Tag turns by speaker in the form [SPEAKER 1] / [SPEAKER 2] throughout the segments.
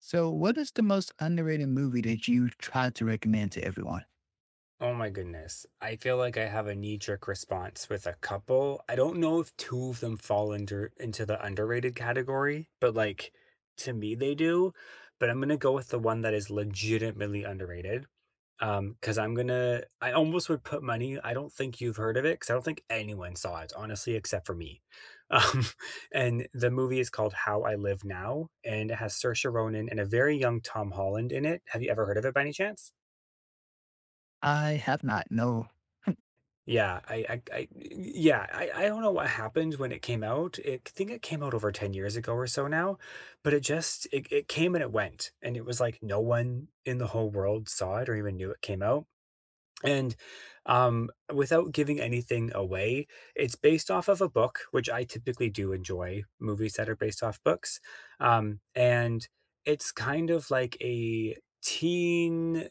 [SPEAKER 1] So, what is the most underrated movie that you try to recommend to everyone?
[SPEAKER 2] Oh my goodness. I feel like I have a knee-jerk response with a couple. I don't know if two of them fall under into the underrated category, but like to me they do. But I'm gonna go with the one that is legitimately underrated. Because I almost would put money. I don't think you've heard of it because I don't think anyone saw it, honestly, except for me. Um, and the movie is called How I Live Now, and it has Saoirse Ronan and a very young Tom Holland in it. Have you ever heard of it by any chance?
[SPEAKER 1] I have not. No.
[SPEAKER 2] Yeah, I yeah, I don't know what happened when it came out. I think it came out over 10 years ago or so now, but it came and it went. And it was like no one in the whole world saw it or even knew it came out. And without giving anything away, it's based off of a book, which I typically do enjoy movies that are based off books. And it's kind of like a teen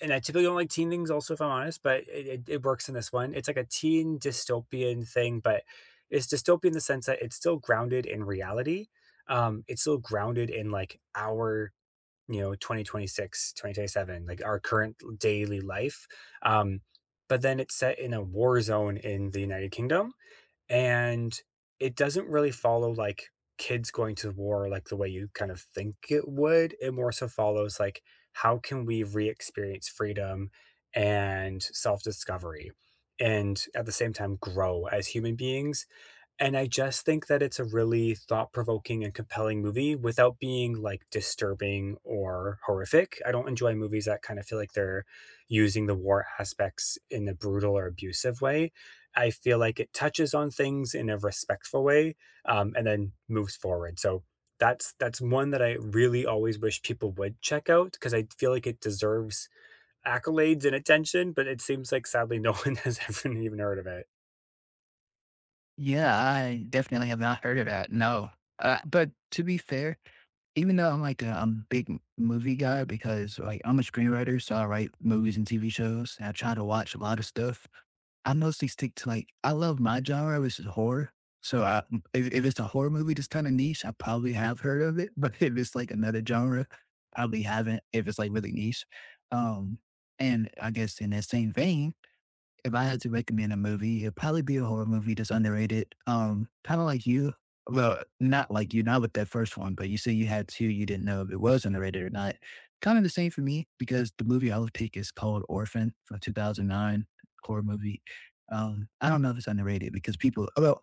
[SPEAKER 2] and I typically don't like teen things, also, if I'm honest, but it works in this one. It's like a teen dystopian thing, but it's dystopian in the sense that it's still grounded in reality. It's still grounded in like our, 2026, 2027, like our current daily life. Um, but then it's set in a war zone in the United Kingdom. And it doesn't really follow like kids going to war like the way you kind of think it would. It more so follows like how can we re-experience freedom and self-discovery and at the same time grow as human beings, and I just think that it's a really thought-provoking and compelling movie without being, like, disturbing or horrific. I don't enjoy movies that kind of feel like they're using the war aspects in a brutal or abusive way. I feel like it touches on things in a respectful way, and then moves forward. So that's one that I really always wish people would check out because I feel like it deserves accolades and attention, but it seems like sadly no one has ever even heard of it.
[SPEAKER 1] Yeah, I definitely have not heard of that. No. But to be fair, even though I'm like a big movie guy because like I'm a screenwriter, so I write movies and TV shows, and I try to watch a lot of stuff. I mostly stick to like I love my genre, which is horror. So I, if it's a horror movie that's kind of niche, I probably have heard of it. But if it's like another genre, probably haven't. If it's like really niche, um, and I guess in that same vein, if I had to recommend a movie, it'd probably be a horror movie that's underrated. Kind of like you. Well, not like you, not with that first one, but you said you had two, you didn't know if it was underrated or not. Kind of the same for me because the movie I would pick is called Orphan from 2009, horror movie. I don't know if it's underrated because people, well,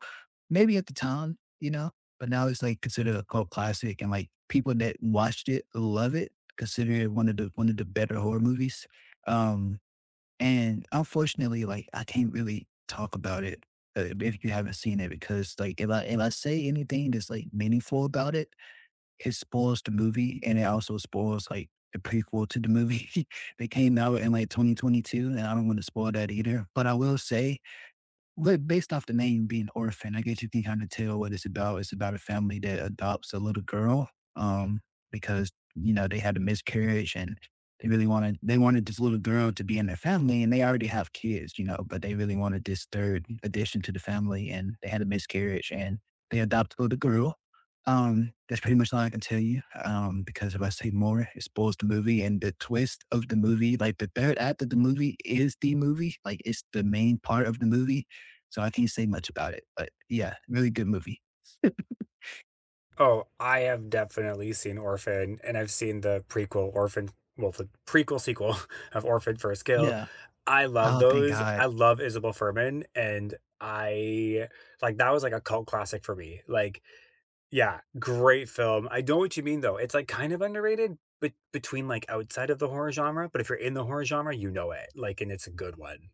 [SPEAKER 1] maybe at the time, you know, but now it's like considered a cult classic and like people that watched it love it, consider it one of the better horror movies. Um, and unfortunately, like, I can't really talk about it, if you haven't seen it because, like, if I say anything that's, like, meaningful about it, it spoils the movie, and it also spoils, like, the prequel to the movie that came out in, like, 2022, and I don't wanna spoil that either. But I will say based off the name being orphan, I guess you can kind of tell what it's about. It's about a family that adopts a little girl, um, because you know they had a miscarriage and they wanted this little girl to be in their family, and they already have kids, you know, but they really wanted this third addition to the family, and they had a miscarriage and they adopt a little girl. That's pretty much all I can tell you. Because if I say more, it spoils the movie and the twist of the movie. Like the third act of the movie is the movie, like it's the main part of the movie, so I can't say much about it, but yeah, really good movie.
[SPEAKER 2] Oh, I have definitely seen Orphan, and I've seen the prequel Orphan, well, the prequel sequel of Orphan First Kill.
[SPEAKER 1] Yeah.
[SPEAKER 2] I love
[SPEAKER 1] Oh, thank
[SPEAKER 2] those.
[SPEAKER 1] God.
[SPEAKER 2] I love Isabel Furman, and I like that was like a cult classic for me. Like, yeah, great film. I know what you mean though. It's like kind of underrated, but between like outside of the horror genre. But if you're in the horror genre, you know it. Like, and it's a good one.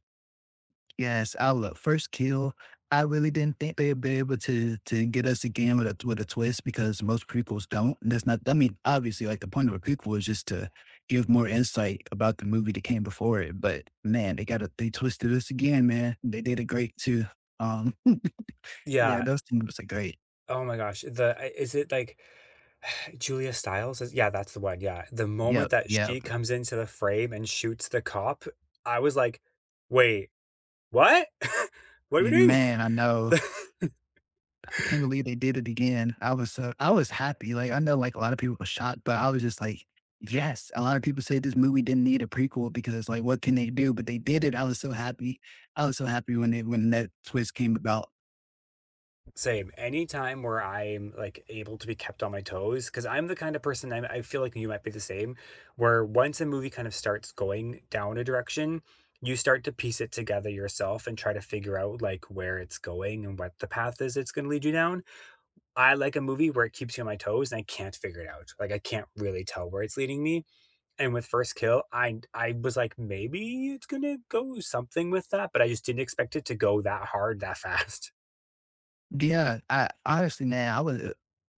[SPEAKER 1] Yes. I love First Kill. I really didn't think they'd be able to get us again with a twist because most prequels don't. And that's not I mean, obviously like the point of a prequel is just to give more insight about the movie that came before it. But man, they got a they twisted us again, man. They did it great too. Um yeah,
[SPEAKER 2] Yeah.
[SPEAKER 1] those things are great.
[SPEAKER 2] Oh my gosh. The I- is it like Julia Stiles is yeah, that's the one, yeah. The moment
[SPEAKER 1] Yep,
[SPEAKER 2] that
[SPEAKER 1] yep.
[SPEAKER 2] she comes into the frame and shoots the cop, I was like, "Wait, what? What are we doing?"
[SPEAKER 1] Man, I know. I can't believe they did it again. I was so I was happy. Like I know like a lot of people were shocked, but I was just like, yes. A lot of people say this movie didn't need a prequel because it's like, what can they do? But they did it. I was so happy. I was so happy when they when that twist came about.
[SPEAKER 2] Same. Anytime where I'm, like, able to be kept on my toes, because 'cause I'm the kind of person I feel like you might be the same, where once a movie kind of starts going down a direction, you start to piece it together yourself and try to figure out, like, where it's going and what the path is it's gonna lead you down. I like a movie where it keeps you on my toes and I can't figure it out. Like I can't really tell where it's leading me. And with First Kill, I was like, maybe it's gonna go something with that, but I just didn't expect it to go that hard that fast.
[SPEAKER 1] Yeah, I honestly, man,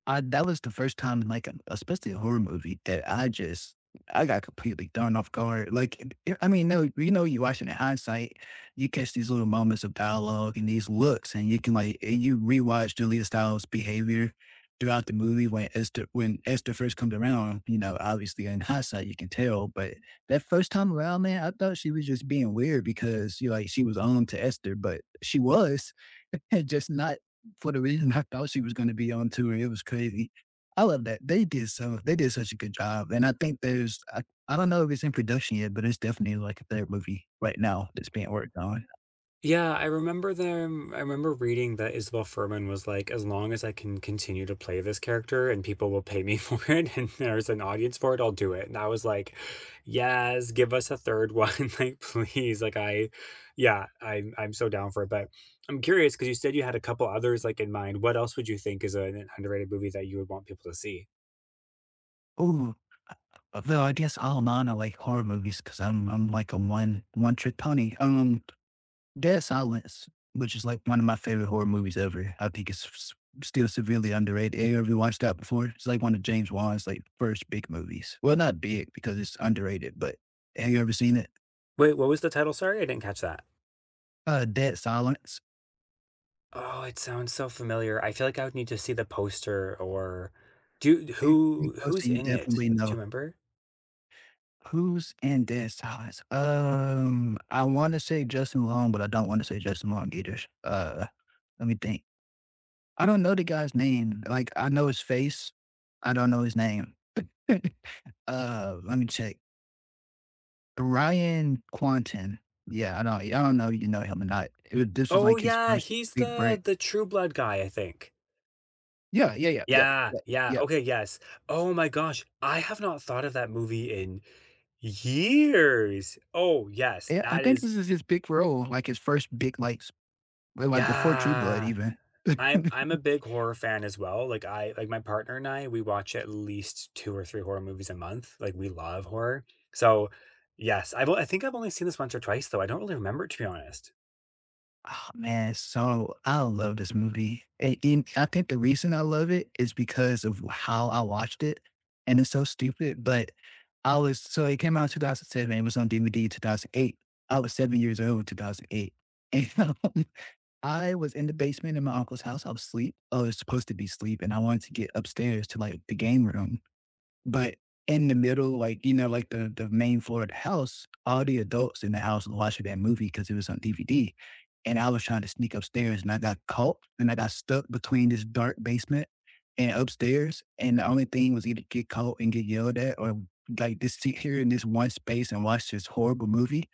[SPEAKER 1] I that was the first time in like, a, especially a horror movie that I just, I got completely thrown off guard. Like, I mean, no, you know, you watching in hindsight, you catch these little moments of dialogue and these looks, and you can like, and you rewatch Julia Stiles' behavior throughout the movie when Esther first comes around. You know, obviously in hindsight, you can tell, but that first time around, man, I thought she was just being weird because you know, like she was on to Esther, but she was and just not for the reason I thought she was going to be on tour. It was crazy. I love that they did so. They did such a good job, and I think there's. I don't know if it's in production yet, but it's definitely like a third movie right now that's being worked on.
[SPEAKER 2] Yeah, I remember them. I remember reading that Isabel Furman was like, as long as I can continue to play this character and people will pay me for it and there's an audience for it, I'll do it. And I was like, yes, give us a third one. Like, please. Like I yeah, I'm so down for it. But I'm curious because you said you had a couple others like in mind. What else would you think is an underrated movie that you would want people to see?
[SPEAKER 1] Ooh, though I guess all mine are like horror movies because I'm like a one trick pony. Dead Silence, which is like one of my favorite horror movies ever. I think still severely underrated. Have you ever watched that before? It's like one of James Wan's like first big movies. Well, not big because it's underrated, but have you ever seen it?
[SPEAKER 2] Wait, what was the title? Sorry, I didn't catch that.
[SPEAKER 1] Dead Silence.
[SPEAKER 2] Oh, it sounds so familiar. I feel like I would need to see the poster or do
[SPEAKER 1] If you post
[SPEAKER 2] who's
[SPEAKER 1] it, you
[SPEAKER 2] in it?
[SPEAKER 1] definitely
[SPEAKER 2] Do
[SPEAKER 1] know
[SPEAKER 2] you remember?
[SPEAKER 1] who's in Dead Silence. I want to say Justin Long, but I don't want to say Justin Long either. Uh, Let me think. I don't know the guy's name. Like I know his face. I don't know his name. Let me check. Ryan Quanten. Yeah, I know I don't know if you know him or not. It was this was
[SPEAKER 2] Oh,
[SPEAKER 1] like his
[SPEAKER 2] yeah,
[SPEAKER 1] first
[SPEAKER 2] he's
[SPEAKER 1] big break.
[SPEAKER 2] the True Blood guy, I think.
[SPEAKER 1] Yeah, yeah, yeah, yep,
[SPEAKER 2] Yeah,
[SPEAKER 1] yep,
[SPEAKER 2] yeah,
[SPEAKER 1] yep.
[SPEAKER 2] okay, yes. Oh my gosh, I have not thought of that movie in years. Oh, yes,
[SPEAKER 1] Yeah, I
[SPEAKER 2] that
[SPEAKER 1] think
[SPEAKER 2] is
[SPEAKER 1] this is his big role, like his first big, like s well, like, before True Blood
[SPEAKER 2] yeah.
[SPEAKER 1] even.
[SPEAKER 2] I'm a big horror fan as well, like, I like, my partner and I, we watch at least 2 or 3 horror movies a month, like, we love horror. So, yes, I think I've only seen this once or twice, though, I don't really remember, it to be honest.
[SPEAKER 1] Oh, man, so I love this movie, and I think the reason I love it is because of how I watched it, and it's so stupid, but I was so it came out in 2007, it was on DVD in 2008. I was 7 years old in 2008, and I was in the basement in my uncle's house. I was asleep. I was supposed to be asleep, and I wanted to get upstairs to like the game room. But in the middle, like, you know, like the main floor of the house, all the adults in the house were watching that movie because it was on DVD. And I was trying to sneak upstairs and I got caught and I got stuck between this dark basement and upstairs. And the only thing was either get caught and get yelled at or like just sit here in this one space and watch this horrible movie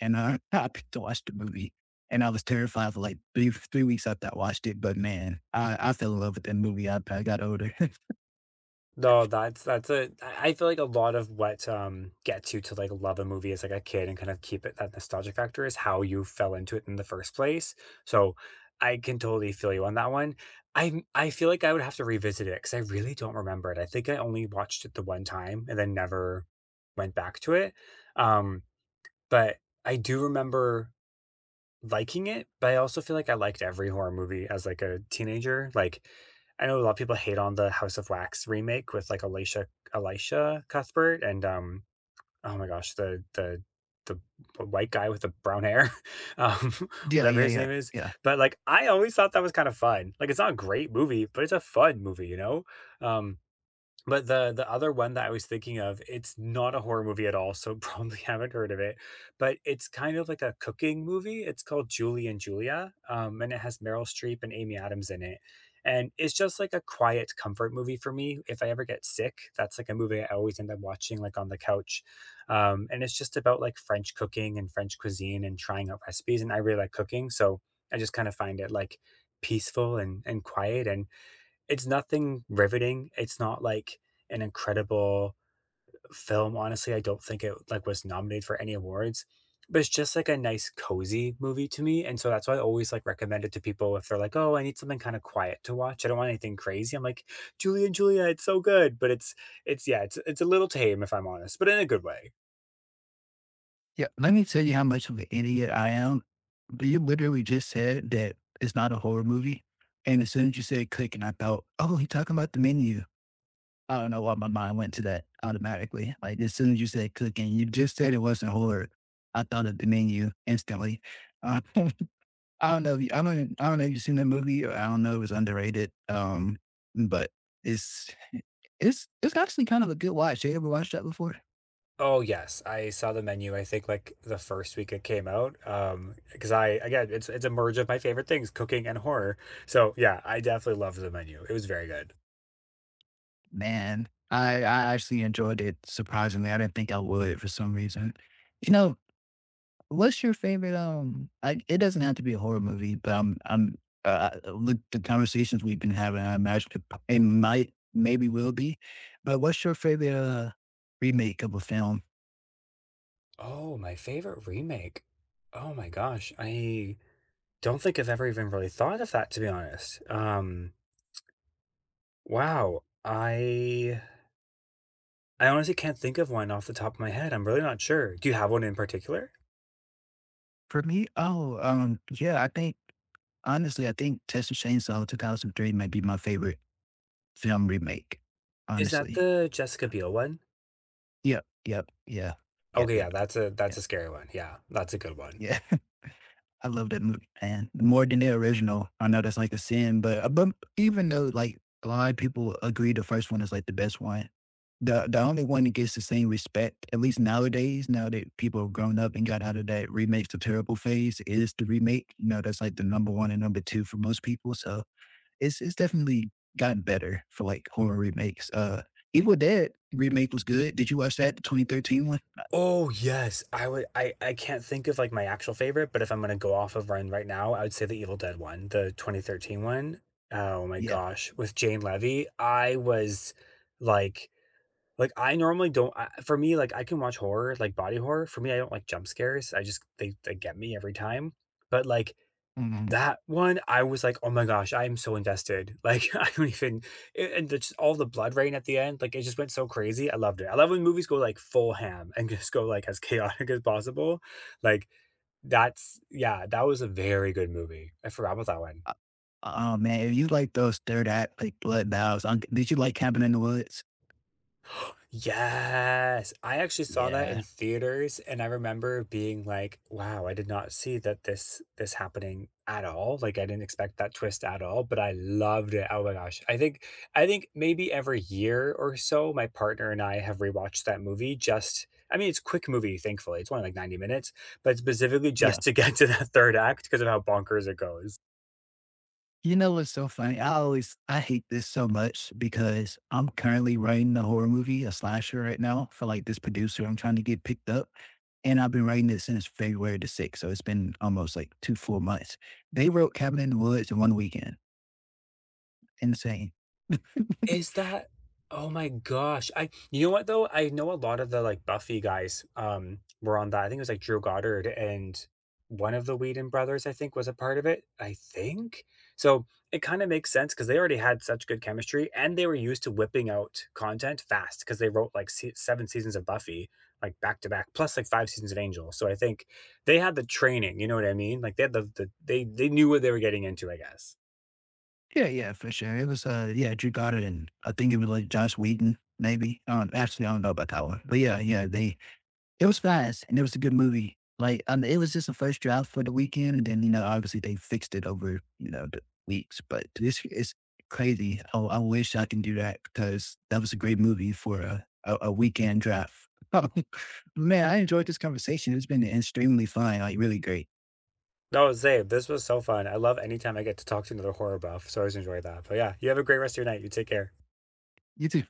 [SPEAKER 1] and I picked to watch the movie. And I was terrified for like three weeks after I watched it. But man, I fell in love with that movie after I got older. yeah,
[SPEAKER 2] No, that's a I feel like a lot of what, gets you to, like, love a movie as, like, a kid and kind of keep it that nostalgic factor is how you fell into it in the first place, so I can totally feel you on that one. I feel like I would have to revisit it because I really don't remember it. I think I only watched it the one time and then never went back to it, um, but I do remember liking it, but I also feel like I liked every horror movie as, like, a teenager, like, I know a lot of people hate on the House of Wax remake with, like, Alicia Cuthbert and, oh my gosh, the white guy with the brown hair, um,
[SPEAKER 1] yeah,
[SPEAKER 2] whatever his
[SPEAKER 1] yeah,
[SPEAKER 2] name is,
[SPEAKER 1] yeah,
[SPEAKER 2] but, like, I always thought that was kinda fun, like, it's not a great movie, but it's a fun movie, you know? Um but the other one that I was thinking of, it's not a horror movie at all, so probably haven't heard of it, but it's kind of like a cooking movie. It's called Julie and Julia, and it has Meryl Streep and Amy Adams in it. And it's just like a quiet comfort movie for me. If I ever get sick, that's like a movie I always end up watching like on the couch. And it's just about like French cooking and French cuisine and trying out recipes. And I really like cooking, so I just kind of find it like peaceful and quiet and it's nothing riveting, it's not, like, an incredible film, honestly, I don't think it, like, was nominated for any awards, but it's just, like, a nice cozy movie to me, and so that's why I always, like, recommend it to people if they're like, "Oh, I need something kinda quiet to watch, I don't want anything crazy," I'm like, "Julie and Julia, it's so good," but it's yeah, it's a little tame, if I'm honest, but in a good way.
[SPEAKER 1] yeah. Let me tell you how much of an idiot I am. But you literally just said that it's not a horror movie. And as soon as you said click, and I thought, oh, he talking about the menu. I don't know why my mind went to that automatically. Like as soon as you said click, and you just said it wasn't horror, I thought of the menu instantly. Uh, I don't know. If you, I don't. I don't know if you've seen that movie. Or I don't know if it's underrated. But it's it's it's actually kind of a good watch. You ever watched that before?
[SPEAKER 2] Oh yes, I saw the menu. I think like the first week it came out. Because I again, it's a merge of my favorite things, cooking and horror. So yeah, I definitely loved the menu. It was very good.
[SPEAKER 1] Man, I actually enjoyed it. Surprisingly, I didn't think I would for some reason. You know, what's your favorite? Like it doesn't have to be a horror movie, but look the conversations we've been having. I imagine it might maybe will be, but what's your favorite remake of a film?
[SPEAKER 2] Oh, my favorite remake. Oh my gosh, I don't think I've ever even really thought of that to be honest. Wow, I honestly can't think of one off the top of my head. I'm really not sure. Do you have one in particular?
[SPEAKER 1] For me, yeah, I think. Honestly, I think Texas Chainsaw 2003 might be my favorite film remake,
[SPEAKER 2] Is that
[SPEAKER 1] honestly.
[SPEAKER 2] the Jessica Biel one?
[SPEAKER 1] Yep, yep, yeah. Yep,
[SPEAKER 2] Okay, yeah,
[SPEAKER 1] yep, yep.
[SPEAKER 2] that's
[SPEAKER 1] Yeah,
[SPEAKER 2] a scary one. Yeah, that's a good one.
[SPEAKER 1] yeah. I love that movie, man, more than the original. I know that's, like, a sin, but even though, like, a lot of people agree the first one is, like, the best one, the only one that gets the same respect, at least nowadays, now that people have grown up and got out of that remakes to terrible phase, is the remake. You know, that's, like, the number 1 and number 2 for most people, so it's definitely gotten better for like horror remakes. Evil Dead remake was good. Did you watch that, the 2013 one?
[SPEAKER 2] Oh yes, I would. I can't think of like my actual favorite, but if I'm gonna go off of one right now, I would say the Evil Dead one, the 2013 one. Oh my
[SPEAKER 1] Yeah.
[SPEAKER 2] gosh, with Jane Levy, I was like, I normally don't. For me, like I can watch horror, like body horror. For me, I don't like jump scares. I just they get me every time. But like
[SPEAKER 1] Mhm.
[SPEAKER 2] that one, I was like, "Oh my gosh, I am so invested." Like, I don't even a and just all the blood rain at the end, like, it just went so crazy, I loved it. I love when movies go, like, full ham and just go, like, as chaotic as possible. Like, that's yeah, that was a very good movie. I forgot about that one.
[SPEAKER 1] Uh, Oh man, if you like those third act like blood vows, did you like Cabin in the Woods?
[SPEAKER 2] Yes, I actually saw that in
[SPEAKER 1] Yeah,
[SPEAKER 2] theaters, and I remember being like, "Wow, I did not see that this happening at all. Like, I didn't expect that twist at all, but I loved it. Oh my gosh. I think maybe every year or so, my partner and I have rewatched that movie just I mean, it's a quick movie, thankfully. It's only like 90 minutes, but specifically
[SPEAKER 1] yeah.
[SPEAKER 2] just to get to that third act because of how bonkers it goes.
[SPEAKER 1] You know what's so funny? I always I hate this so much because I'm currently writing a horror movie, a slasher right now for like this producer I'm trying to get picked up, and I've been writing it since February the sixth, so it's been almost like two full months. They wrote Cabin in the Woods in one weekend. Insane.
[SPEAKER 2] Is that Oh my gosh. I you know what though? I know a lot of the, like, Buffy guys, were on that. I think it was, like, Drew Goddard and one of the Whedon brothers, I think, was a part of it, I think? So, it kinda makes sense because they already had such good chemistry, and they were used to whipping out content fast because they wrote, like, se 7 seasons of Buffy, like, back to back, plus, like, 5 seasons of Angel. So I think they had the training, you know what I mean? Like, they had they knew what they were getting into, I guess.
[SPEAKER 1] Yeah, yeah, for sure. It was yeah, Drew Goddard and I think it was like Josh Whedon, maybe. Actually I don't know about that one. But yeah, yeah, they it was fast and it was a good movie. Like it was just a first draft for the weekend and then, you know, obviously they fixed it over, you know, the weeks. But this is crazy. I wish I can do that because that was a great movie for a weekend draft. Oh, man, I enjoyed this conversation. It's been extremely fun, like really great.
[SPEAKER 2] No, Zabe, this was so fun. I love anytime I get to talk to another horror buff, so I always enjoy that. But yeah, you have a great rest of your night. You take care.
[SPEAKER 1] You too.